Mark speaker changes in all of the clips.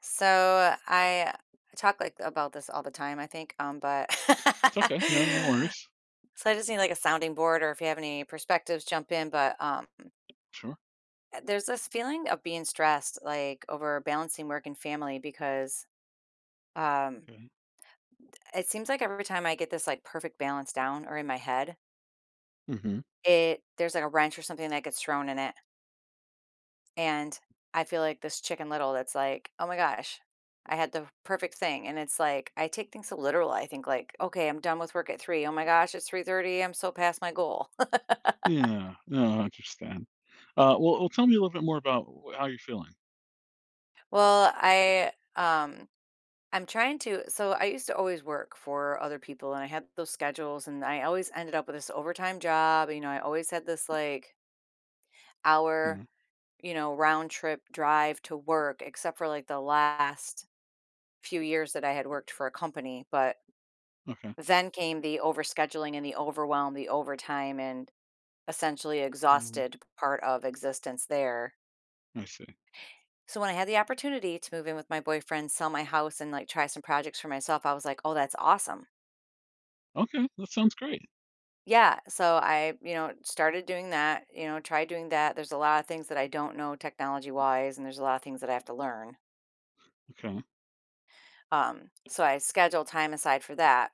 Speaker 1: So I talk like about this all the time, I think, but
Speaker 2: It's okay. No, no worries.
Speaker 1: so I just need like a sounding board, or if you have any perspectives, jump in. But
Speaker 2: Sure.
Speaker 1: there's this feeling of being stressed, like over balancing work and family, because um,
Speaker 2: Okay.
Speaker 1: it seems like every time I get this like perfect balance down or in my head,
Speaker 2: hmm
Speaker 1: it there's like a wrench or something that gets thrown in it. And I feel like this Chicken Little that's like, "Oh my gosh, I had the perfect thing." And it's like, I take things so literal. I think like, "Okay, I'm done with work at 3. Oh my gosh, it's 3:30. I'm so past my goal."
Speaker 2: Yeah. No, I understand. Well, tell me a little bit more about how you're feeling.
Speaker 1: Well, I'm trying to, so I used to always work for other people and I had those schedules and I always ended up with this overtime job. You know, I always had this like hour,
Speaker 2: Yeah.
Speaker 1: you know, round trip drive to work except for like the last few years that I had worked for a company. But
Speaker 2: Okay.
Speaker 1: then came the overscheduling and the overwhelm, the overtime, and essentially
Speaker 2: Mm,
Speaker 1: exhausted part of existence there.
Speaker 2: I see.
Speaker 1: So when I had the opportunity to move in with my boyfriend, sell my house and like try some projects for myself, I was like, "Oh, that's awesome."
Speaker 2: Okay. That sounds great.
Speaker 1: Yeah, so I, you know, started doing that, you know, tried doing that. There's a lot of things that I don't know technology-wise and there's a lot of things that I have to learn.
Speaker 2: Okay.
Speaker 1: So I schedule time aside for that.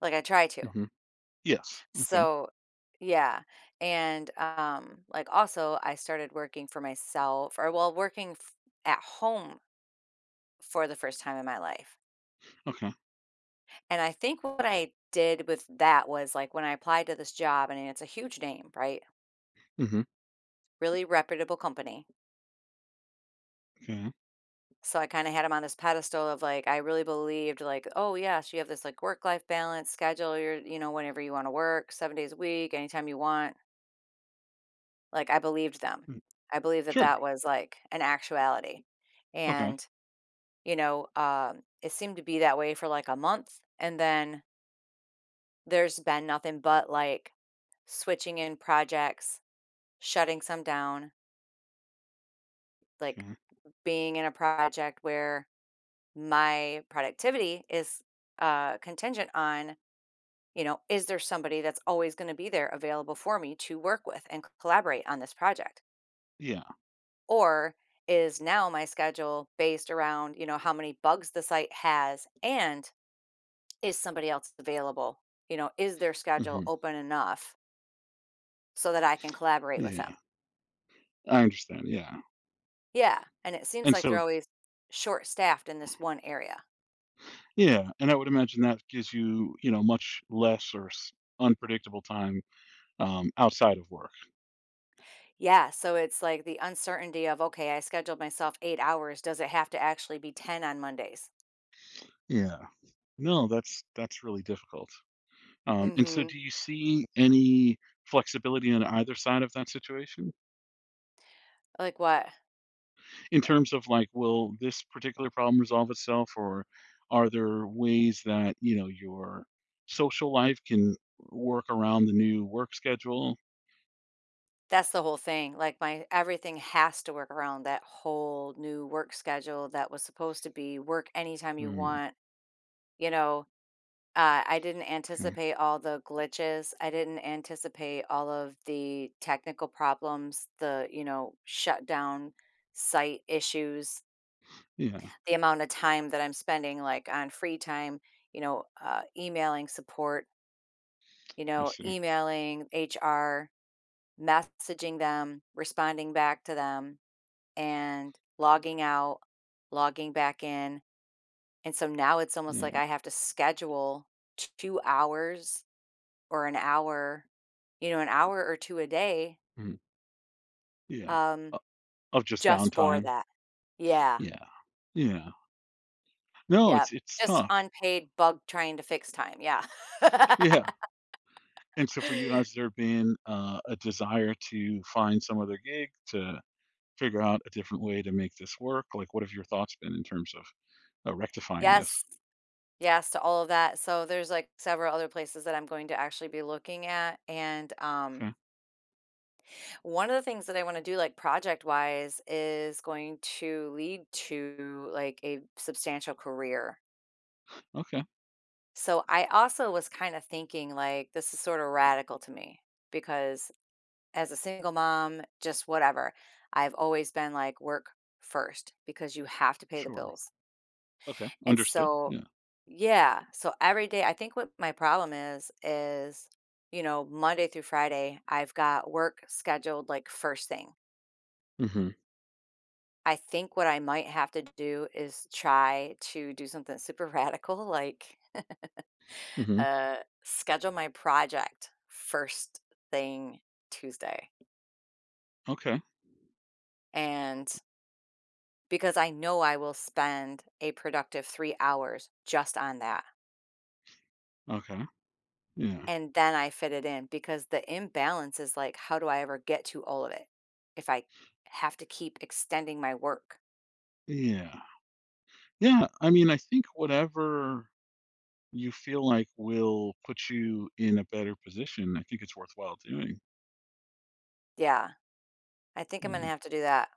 Speaker 1: Like I try to.
Speaker 2: hmm Yes. Okay.
Speaker 1: So, yeah, and like, also, I started working for myself, or, well, working f at home for the first time in my life,
Speaker 2: Okay.
Speaker 1: and I think what I did with that was, like, when I applied to this job, I mean, it's a huge name, right?
Speaker 2: hmm
Speaker 1: Really reputable company,
Speaker 2: Okay.
Speaker 1: so I kinda had him on this pedestal of, like, I really believed, like, "Oh, yes, you have this, like, work-life balance schedule, you're," you know, whenever you wanna work, 7 days a week, anytime you want. Like, I believed them.
Speaker 2: Mm.
Speaker 1: I believed that
Speaker 2: Sure.
Speaker 1: that was, like, an actuality,
Speaker 2: Okay.
Speaker 1: and, you know, it seemed to be that way for, like, a month, and then there's been nothing but, like, switching in projects, shutting some down, like,
Speaker 2: Okay.
Speaker 1: being in a project where my productivity is, contingent on, you know, is there somebody that's always gonna be there available for me to work with and collaborate on this project?
Speaker 2: Yeah.
Speaker 1: Or is now my schedule based around, you know, how many bugs the site has and is somebody else available? You know, is their schedule
Speaker 2: hmm
Speaker 1: open enough so that I can collaborate with them?
Speaker 2: Yeah. I understand. Yeah.
Speaker 1: Yeah. And it seems
Speaker 2: And
Speaker 1: like they're
Speaker 2: so,
Speaker 1: always short staffed in this one area.
Speaker 2: yeah. And I would imagine that gives you, you know, much less unpredictable time outside of work.
Speaker 1: Yeah. So it's like the uncertainty of, okay, I scheduled myself 8 hours. Does it have to actually be 10 on Mondays?
Speaker 2: Yeah. No, that's really difficult.
Speaker 1: Mm
Speaker 2: And so
Speaker 1: hmm.
Speaker 2: do you see any flexibility on either side of that situation
Speaker 1: Like what?
Speaker 2: in terms of, like, will this particular problem resolve itself, or are there ways that, you know, your social life can work around the new work schedule?
Speaker 1: That's the whole thing, like, my everything has to work around that whole new work schedule that was supposed to be work anytime you
Speaker 2: Hmm.
Speaker 1: want, you know? I didn't
Speaker 2: Okay.
Speaker 1: anticipate all the glitches, I didn't anticipate all of the technical problems, the, you know, shutdown site issues,
Speaker 2: Yeah,
Speaker 1: the amount of time that I'm spending, like, on free time, you know, emailing support, you
Speaker 2: I
Speaker 1: know,
Speaker 2: see.
Speaker 1: emailing HR, messaging them, responding back to them, and logging out, logging back in. And so now it's almost like
Speaker 2: Yeah.
Speaker 1: I have to schedule 2 hours or an hour, you know, an hour or 2 a day,
Speaker 2: Mm, yeah.
Speaker 1: um,
Speaker 2: O Of just
Speaker 1: just for
Speaker 2: downtime.
Speaker 1: that. Yeah,
Speaker 2: Yeah. Yeah. No,
Speaker 1: yep.
Speaker 2: it's
Speaker 1: Just
Speaker 2: tough.
Speaker 1: unpaid bug trying to fix time, yeah.
Speaker 2: Yeah. And so for you, has there been, a desire to find some other gig, to figure out a different way to make this work? Like, what have your thoughts been in terms of rectifying this?
Speaker 1: Yes, yes to all of that. So there's, like, several other places that I'm going to actually be looking at, and
Speaker 2: Okay.
Speaker 1: one of the things that I want to do, like project wise, is going to lead to like a substantial career.
Speaker 2: Okay.
Speaker 1: So I also was kind of thinking, like, this is sort of radical to me because as a single mom, just whatever, I've always been like, work first because you have to pay the
Speaker 2: Sure.
Speaker 1: bills.
Speaker 2: Okay.
Speaker 1: And
Speaker 2: Understood.
Speaker 1: so,
Speaker 2: Yeah.
Speaker 1: yeah. So every day, I think what my problem is, you know, Monday through Friday, I've got work scheduled like first thing.
Speaker 2: hmm
Speaker 1: I think what I might have to do is try to do something super radical, like,
Speaker 2: hmm
Speaker 1: uh, schedule my project first thing Tuesday,
Speaker 2: Okay.
Speaker 1: and because I know I will spend a productive 3 hours just on that.
Speaker 2: Okay. Yeah.
Speaker 1: And then I fit it in, because the imbalance is like, how do I ever get to all of it if I have to keep extending my work?
Speaker 2: Yeah. Yeah. I mean, I think whatever you feel like will put you in a better position, I think it's worthwhile doing.
Speaker 1: Yeah, I think I'm gonna
Speaker 2: Yeah.
Speaker 1: have to do that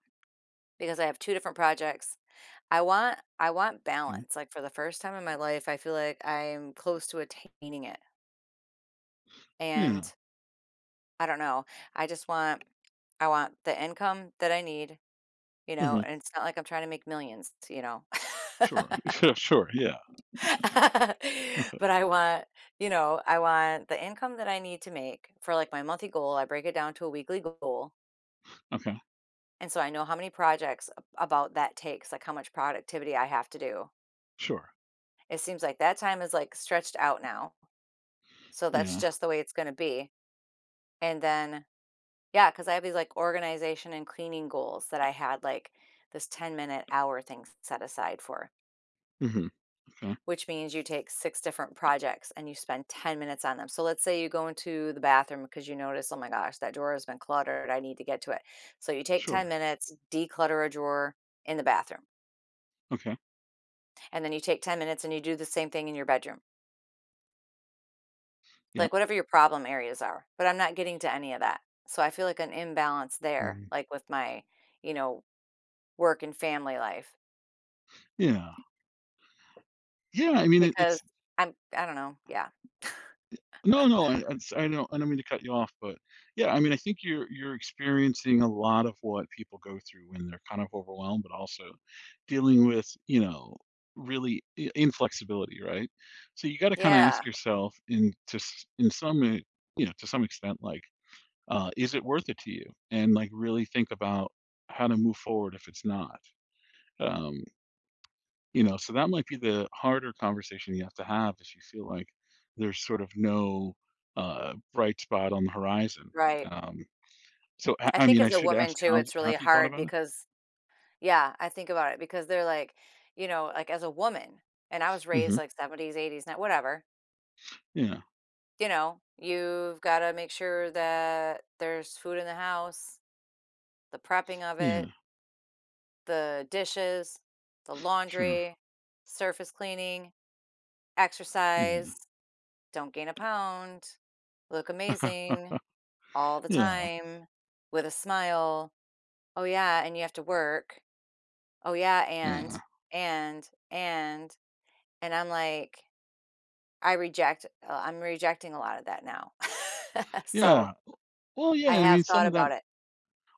Speaker 1: because I have two different projects. I want
Speaker 2: Okay.
Speaker 1: balance. Like for the first time in my life, I feel like I'm close to attaining it.
Speaker 2: Yeah.
Speaker 1: And I don't know. I just want I want the income that I need, you know,
Speaker 2: hmm
Speaker 1: and it's not like I'm trying to make millions, you know.
Speaker 2: Sure. Sure. Sure. Yeah.
Speaker 1: But I want, you know, I want the income that I need to make for like my monthly goal. I break it down to a weekly goal.
Speaker 2: Okay.
Speaker 1: And so I know how many projects about that takes, like how much productivity I have to do.
Speaker 2: Sure.
Speaker 1: It seems like that time is like stretched out now. So that's
Speaker 2: Yeah.
Speaker 1: just the way it's going to be. And then, yeah, because I have these, like, organization and cleaning goals that I had, like, this ten-minute hour thing set aside for,
Speaker 2: hmm Okay.
Speaker 1: which means you take 6 different projects and you spend 10 minutes on them. So let's say you go into the bathroom because you notice, "Oh my gosh, that drawer has been cluttered, I need to get to it." So you take
Speaker 2: Sure.
Speaker 1: 10 minutes, declutter a drawer in the bathroom,
Speaker 2: Okay.
Speaker 1: and then you take 10 minutes and you do the same thing in your bedroom,
Speaker 2: Yeah.
Speaker 1: like, whatever your problem areas are, but I'm not getting to any of that. So I feel like an imbalance there,
Speaker 2: Mhm.
Speaker 1: like, with my, you know, work and family life.
Speaker 2: Yeah. Yeah. I mean,
Speaker 1: Because
Speaker 2: it's—
Speaker 1: I'm I don't know, yeah.
Speaker 2: No, no, I it's— I don't mean to cut you off, but yeah, I mean, I think you're experiencing a lot of what people go through when they're kind of overwhelmed, but also dealing with, you know, really I inflexibility, right? So you gotta kinda ask
Speaker 1: Yeah,
Speaker 2: yourself in to s in some, you know, to some extent, like, "Is it worth it to you?" And, like, really think about how to move forward if it's not. Um you know, so that might be the harder conversation you have to have if you feel like there's sort of no, bright spot on the horizon.
Speaker 1: right.
Speaker 2: Um, so
Speaker 1: I
Speaker 2: I
Speaker 1: think
Speaker 2: mean, I
Speaker 1: as a
Speaker 2: should
Speaker 1: woman
Speaker 2: ask,
Speaker 1: too,
Speaker 2: how
Speaker 1: it's really
Speaker 2: have you thought
Speaker 1: hard
Speaker 2: about it?
Speaker 1: because, yeah, I think about it because they're like, you know, like as a woman, and I was raised
Speaker 2: Mhm.
Speaker 1: like 70s, 80s, now whatever,
Speaker 2: Yeah.
Speaker 1: you know, you've gotta make sure that there's food in the house, the prepping of
Speaker 2: Yeah.
Speaker 1: it, the dishes, the
Speaker 2: Sure.
Speaker 1: laundry, surface cleaning,
Speaker 2: Yeah.
Speaker 1: exercise. Don't gain a pound. Look amazing all the
Speaker 2: Yeah.
Speaker 1: time with a smile. Oh, yeah. And you have to work. Oh, yeah.
Speaker 2: Yeah.
Speaker 1: And, and, and I'm like, I'm rejecting a lot of that now. So
Speaker 2: Yeah. Well, yeah,
Speaker 1: I
Speaker 2: I
Speaker 1: have
Speaker 2: mean, some
Speaker 1: thought
Speaker 2: of that—
Speaker 1: about it.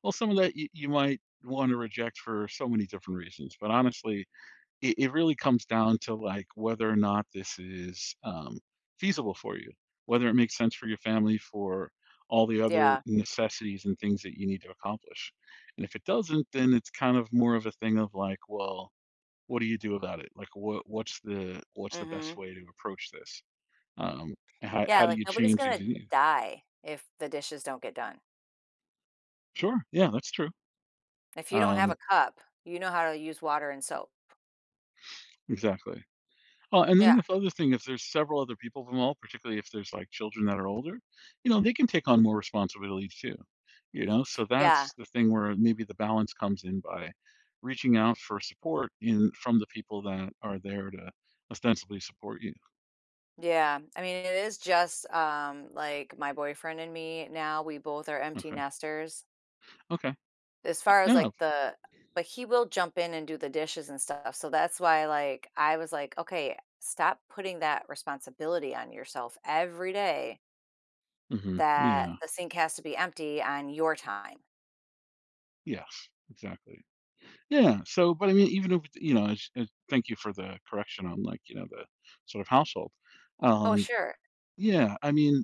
Speaker 2: well, some of that you might wanna reject for so many different reasons, but honestly, it really comes down to, like, whether or not this is feasible for you, whether it makes sense for your family, for all the other
Speaker 1: Yeah.
Speaker 2: necessities and things that you need to accomplish. And if it doesn't, then it's kind of more of a thing of, like, well, what do you do about it? Like, what's the best
Speaker 1: Hmm.
Speaker 2: way to approach this? Um, and how
Speaker 1: Yeah.
Speaker 2: do
Speaker 1: Like
Speaker 2: you
Speaker 1: nobody's
Speaker 2: change? And
Speaker 1: going
Speaker 2: do
Speaker 1: to
Speaker 2: you—
Speaker 1: die if the dishes don't get done.
Speaker 2: Sure, yeah, that's true.
Speaker 1: If you don't have
Speaker 2: Um,
Speaker 1: a cup, you know how to use water and soap.
Speaker 2: exactly. Well, and
Speaker 1: Yeah.
Speaker 2: then the other thing, if there's several other people involved, particularly if there's, like, children that are older, you know, they can take on more responsibility too. You know, so
Speaker 1: Yeah.
Speaker 2: that's the thing where maybe the balance comes in by reaching out for support in from the people that are there to ostensibly support you.
Speaker 1: Yeah, I mean, it is just, like, my boyfriend and me now, we both are empty
Speaker 2: Okay.
Speaker 1: nesters.
Speaker 2: Okay.
Speaker 1: As far as,
Speaker 2: Yeah.
Speaker 1: like, the, but he will jump in and do the dishes and stuff, so that's why, like, I was like, "Okay, stop putting that responsibility on yourself every day that
Speaker 2: Yeah.
Speaker 1: the sink has to be empty on your time."
Speaker 2: Yes. Exactly. Yeah. So, but I mean, even if, you know, thank you for the correction on, like, you know, the sort of household.
Speaker 1: Oh,
Speaker 2: Um,
Speaker 1: sure.
Speaker 2: Yeah, I mean,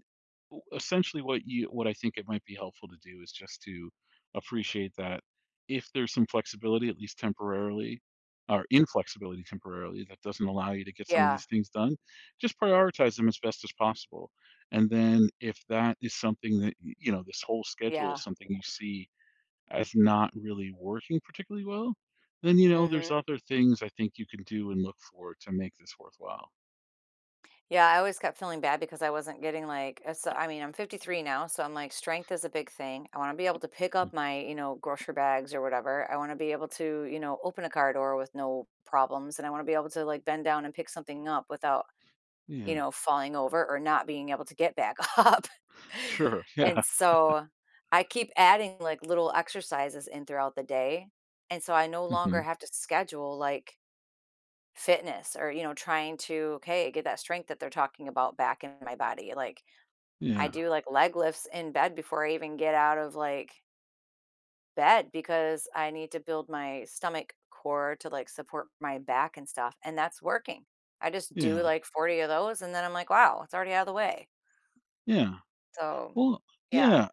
Speaker 2: w essentially what I think it might be helpful to do is just to appreciate that if there's some flexibility, at least temporarily, or inflexibility temporarily, that doesn't allow you to get some of
Speaker 1: Yeah,
Speaker 2: these things done, just prioritize them as best as possible. And then if that is something that, y you know, this whole schedule
Speaker 1: yeah,
Speaker 2: is something you see as not really working particularly well, then, you know,
Speaker 1: mhm.
Speaker 2: there's other things I think you can do and look for to make this worthwhile.
Speaker 1: Yeah, I always kept feeling bad because I wasn't getting like, I mean, I'm 53 now, so I'm like, strength is a big thing. I want to be able to pick
Speaker 2: Mm.
Speaker 1: up my, you know, grocery bags or whatever. I want to be able to, you know, open a car door with no problems. And I want to be able to like bend down and pick something up without, you
Speaker 2: Yeah.
Speaker 1: know, falling over or not being able to get back up.
Speaker 2: Sure,
Speaker 1: And
Speaker 2: yeah.
Speaker 1: so I keep adding like little exercises in throughout the day. And so I no longer have to schedule like fitness or you know trying to, okay, get that strength that they're talking about back in my body. Like, I
Speaker 2: Yeah,
Speaker 1: do like leg lifts in bed before I even get out of like bed, because I need to build my stomach core to like support my back and stuff, and that's working. I just do
Speaker 2: yeah,
Speaker 1: like 40 of those and then I'm like, wow, it's already out of the way.
Speaker 2: yeah.
Speaker 1: So
Speaker 2: Well,
Speaker 1: yeah,
Speaker 2: yeah.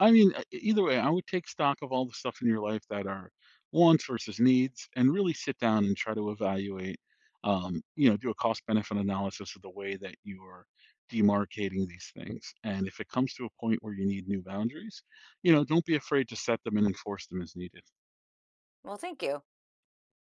Speaker 2: I mean, either way, I would take stock of all the stuff in your life that are wants versus needs, and really sit down and try to evaluate. You know, do a cost benefit analysis of the way that you are demarcating these things. And if it comes to a point where you need new boundaries, you know, don't be afraid to set them and enforce them as needed.
Speaker 1: well thank you.